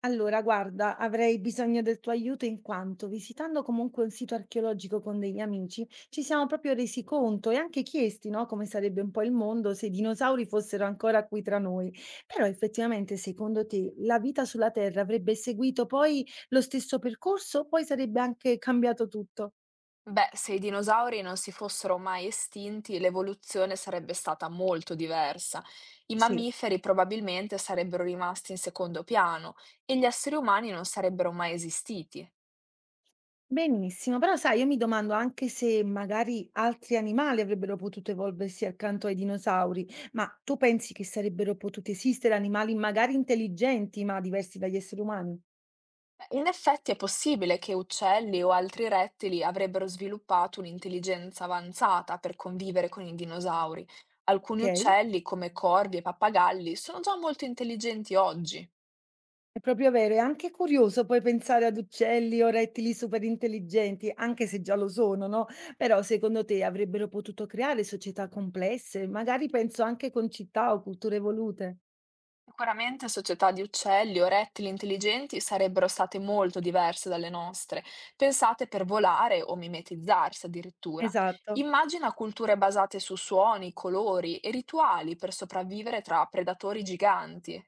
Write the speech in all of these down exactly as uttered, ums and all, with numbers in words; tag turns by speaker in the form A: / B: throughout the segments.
A: Allora, guarda, avrei bisogno del tuo aiuto in quanto, visitando comunque un sito archeologico con degli amici, ci siamo proprio resi conto e anche chiesti, no, come sarebbe un po' il mondo se i dinosauri fossero ancora qui tra noi. Però effettivamente, secondo te, la vita sulla Terra avrebbe seguito poi lo stesso percorso o poi sarebbe anche cambiato tutto?
B: Beh, se i dinosauri non si fossero mai estinti, l'evoluzione sarebbe stata molto diversa. I
A: Sì.
B: mammiferi probabilmente sarebbero rimasti in secondo piano e gli esseri umani non sarebbero mai esistiti.
A: Benissimo, però sai, io mi domando anche se magari altri animali avrebbero potuto evolversi accanto ai dinosauri, ma tu pensi che sarebbero potuti esistere animali magari intelligenti, ma diversi dagli esseri umani?
B: Beh, in effetti è possibile che uccelli o altri rettili avrebbero sviluppato un'intelligenza avanzata per convivere con i dinosauri. Alcuni
A: Ok,
B: uccelli, come corvi e pappagalli, sono già molto intelligenti oggi.
A: è proprio vero, è anche curioso poi pensare ad uccelli o rettili super intelligenti, anche se già lo sono, no? Però secondo te avrebbero potuto creare società complesse, magari penso anche con città o culture evolute?
B: Sicuramente società di uccelli o rettili intelligenti sarebbero state molto diverse dalle nostre, pensate per volare o mimetizzarsi addirittura.
A: Esatto.
B: Immagina culture basate su suoni, colori e rituali per sopravvivere tra predatori giganti.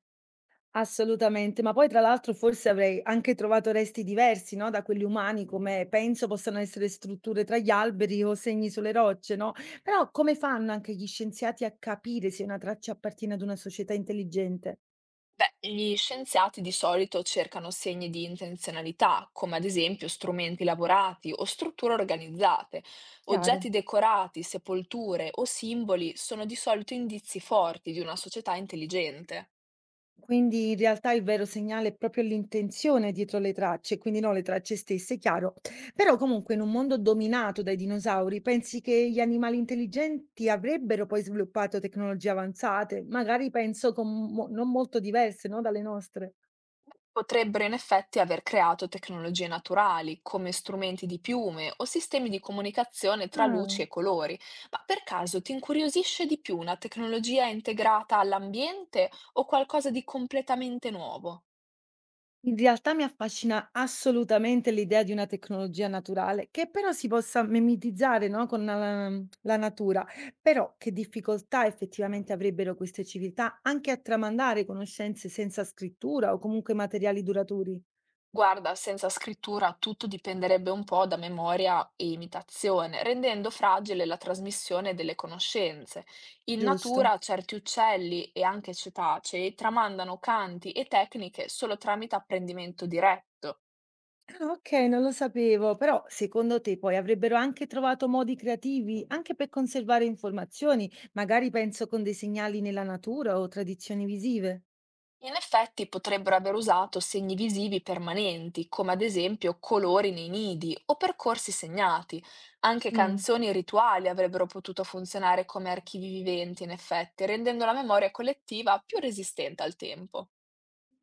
A: Assolutamente, ma poi tra l'altro forse avrei anche trovato resti diversi, no, da quelli umani, come penso possano essere strutture tra gli alberi o segni sulle rocce, no? Però come fanno anche gli scienziati a capire se una traccia appartiene ad una società intelligente?
B: Beh, gli scienziati di solito cercano segni di intenzionalità, come ad esempio strumenti lavorati o strutture organizzate.
A: Chiaro.
B: Oggetti decorati, sepolture o simboli sono di solito indizi forti di una società intelligente.
A: Quindi in realtà il vero segnale è proprio l'intenzione dietro le tracce, quindi non le tracce stesse, chiaro. Però comunque in un mondo dominato dai dinosauri, pensi che gli animali intelligenti avrebbero poi sviluppato tecnologie avanzate, magari penso con mo- non molto diverse, no, dalle nostre?
B: Potrebbero in effetti aver creato tecnologie naturali, come strumenti di piume o sistemi di comunicazione tra
A: Ah.
B: luci e colori, ma per caso ti incuriosisce di più una tecnologia integrata all'ambiente o qualcosa di completamente nuovo?
A: In realtà mi affascina assolutamente l'idea di una tecnologia naturale che però si possa memetizzare, no, con la, la natura, però che difficoltà effettivamente avrebbero queste civiltà anche a tramandare conoscenze senza scrittura o comunque materiali duraturi,
B: Guarda, senza scrittura tutto dipenderebbe un po' da memoria e imitazione, rendendo fragile la trasmissione delle conoscenze. In
A: giusto?
B: natura certi uccelli e anche cetacei tramandano canti e tecniche solo tramite apprendimento diretto.
A: Ah, ok, non lo sapevo, però secondo te poi avrebbero anche trovato modi creativi anche per conservare informazioni, magari penso con dei segnali nella natura o tradizioni visive?
B: In effetti potrebbero aver usato segni visivi permanenti, come ad esempio colori nei nidi o percorsi segnati. Anche
A: Mm.
B: canzoni e rituali avrebbero potuto funzionare come archivi viventi, in effetti, rendendo la memoria collettiva più resistente al tempo.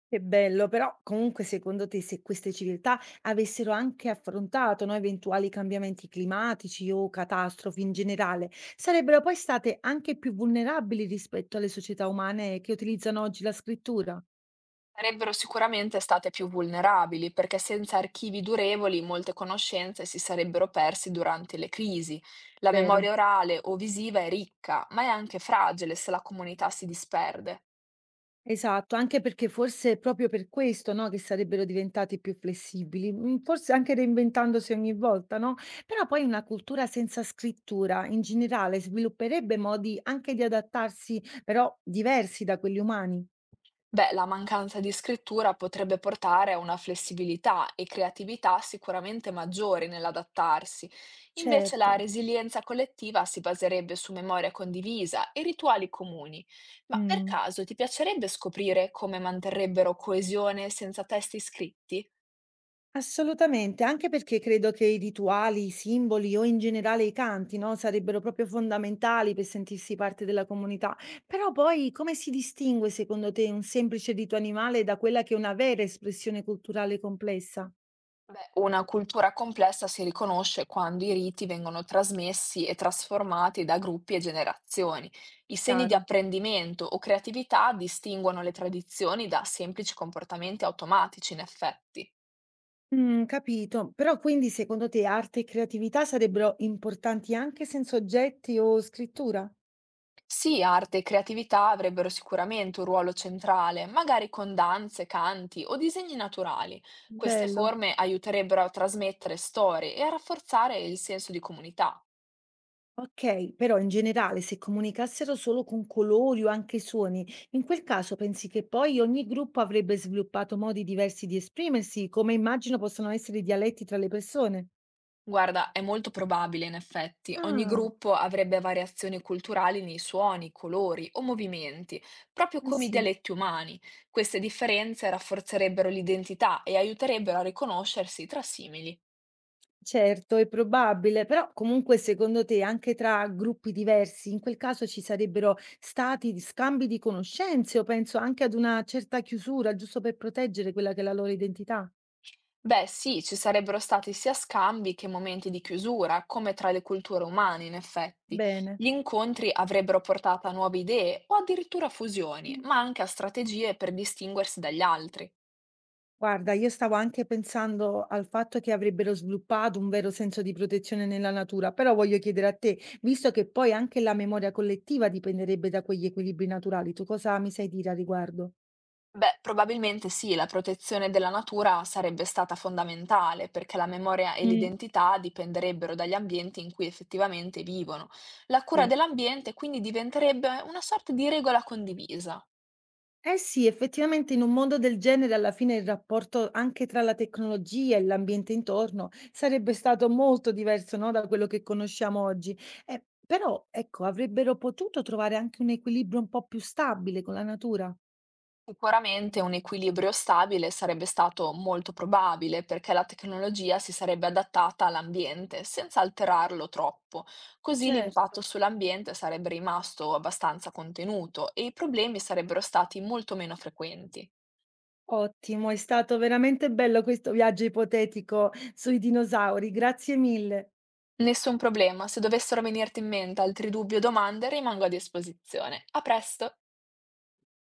A: Che bello, però comunque secondo te se queste civiltà avessero anche affrontato, no, eventuali cambiamenti climatici o catastrofi in generale, sarebbero poi state anche più vulnerabili rispetto alle società umane che utilizzano oggi la scrittura?
B: Sarebbero sicuramente state più vulnerabili, perché senza archivi durevoli molte conoscenze si sarebbero persi durante le crisi. La
A: Vero.
B: memoria orale o visiva è ricca, ma è anche fragile se la comunità si disperde.
A: Esatto, anche perché forse è proprio per questo, no, che sarebbero diventati più flessibili, mm, forse anche reinventandosi ogni volta, no? Però poi una cultura senza scrittura in generale svilupperebbe modi anche di adattarsi, però diversi da quelli umani.
B: Beh, la mancanza di scrittura potrebbe portare a una flessibilità e creatività sicuramente maggiori nell'adattarsi. Invece
A: Certo,
B: la resilienza collettiva si baserebbe su memoria condivisa e rituali comuni. Ma per
A: mh,
B: caso ti piacerebbe scoprire come manterrebbero coesione senza testi scritti?
A: assolutamente, anche perché credo che i rituali, i simboli o in generale i canti, no, sarebbero proprio fondamentali per sentirsi parte della comunità. Però poi come si distingue secondo te un semplice rito animale da quella che è una vera espressione culturale complessa?
B: Beh, una cultura complessa si riconosce quando i riti vengono trasmessi e trasformati da gruppi e generazioni. I segni di
A: Chiaro.
B: apprendimento o creatività distinguono le tradizioni da semplici comportamenti automatici, in effetti.
A: Mm, capito. Però quindi secondo te arte e creatività sarebbero importanti anche senza oggetti o scrittura?
B: Sì, arte e creatività avrebbero sicuramente un ruolo centrale, magari con danze, canti o disegni naturali. Queste
A: Bello.
B: forme aiuterebbero a trasmettere storie e a rafforzare il senso di comunità.
A: Okay, però in generale se comunicassero solo con colori o anche suoni, in quel caso pensi che poi ogni gruppo avrebbe sviluppato modi diversi di esprimersi, come immagino possano essere i dialetti tra le persone?
B: Guarda, è molto probabile in effetti. Ogni
A: Ah,
B: gruppo avrebbe variazioni culturali nei suoni, colori o movimenti, proprio
A: eh
B: come i
A: sì,
B: dialetti umani. Queste differenze rafforzerebbero l'identità e aiuterebbero a riconoscersi tra simili.
A: certo, è probabile, però comunque secondo te anche tra gruppi diversi, in quel caso ci sarebbero stati scambi di conoscenze o penso anche ad una certa chiusura, giusto per proteggere quella che è la loro identità?
B: Beh, sì, ci sarebbero stati sia scambi che momenti di chiusura, come tra le culture umane, in effetti.
A: Bene.
B: Gli incontri avrebbero portato a nuove idee o addirittura fusioni, ma anche a strategie per distinguersi dagli altri.
A: Guarda, io stavo anche pensando al fatto che avrebbero sviluppato un vero senso di protezione nella natura, però voglio chiedere a te, visto che poi anche la memoria collettiva dipenderebbe da quegli equilibri naturali, tu cosa mi sai dire a riguardo?
B: Beh, probabilmente sì, la protezione della natura sarebbe stata fondamentale perché la memoria e
A: Mm,
B: l'identità dipenderebbero dagli ambienti in cui effettivamente vivono. La cura
A: sì.
B: dell'ambiente quindi diventerebbe una sorta di regola condivisa.
A: Eh sì, effettivamente in un mondo del genere alla fine il rapporto anche tra la tecnologia e l'ambiente intorno sarebbe stato molto diverso, no, da quello che conosciamo oggi. Eh, Però, ecco, avrebbero potuto trovare anche un equilibrio un po' più stabile con la natura.
B: Sicuramente un equilibrio stabile sarebbe stato molto probabile perché la tecnologia si sarebbe adattata all'ambiente senza alterarlo troppo. Così
A: Certo.
B: l'impatto sull'ambiente sarebbe rimasto abbastanza contenuto e i problemi sarebbero stati molto meno frequenti.
A: Ottimo, è stato veramente bello questo viaggio ipotetico sui dinosauri, grazie mille.
B: Nessun problema, se dovessero venirti in mente altri dubbi o domande rimango a disposizione. A presto!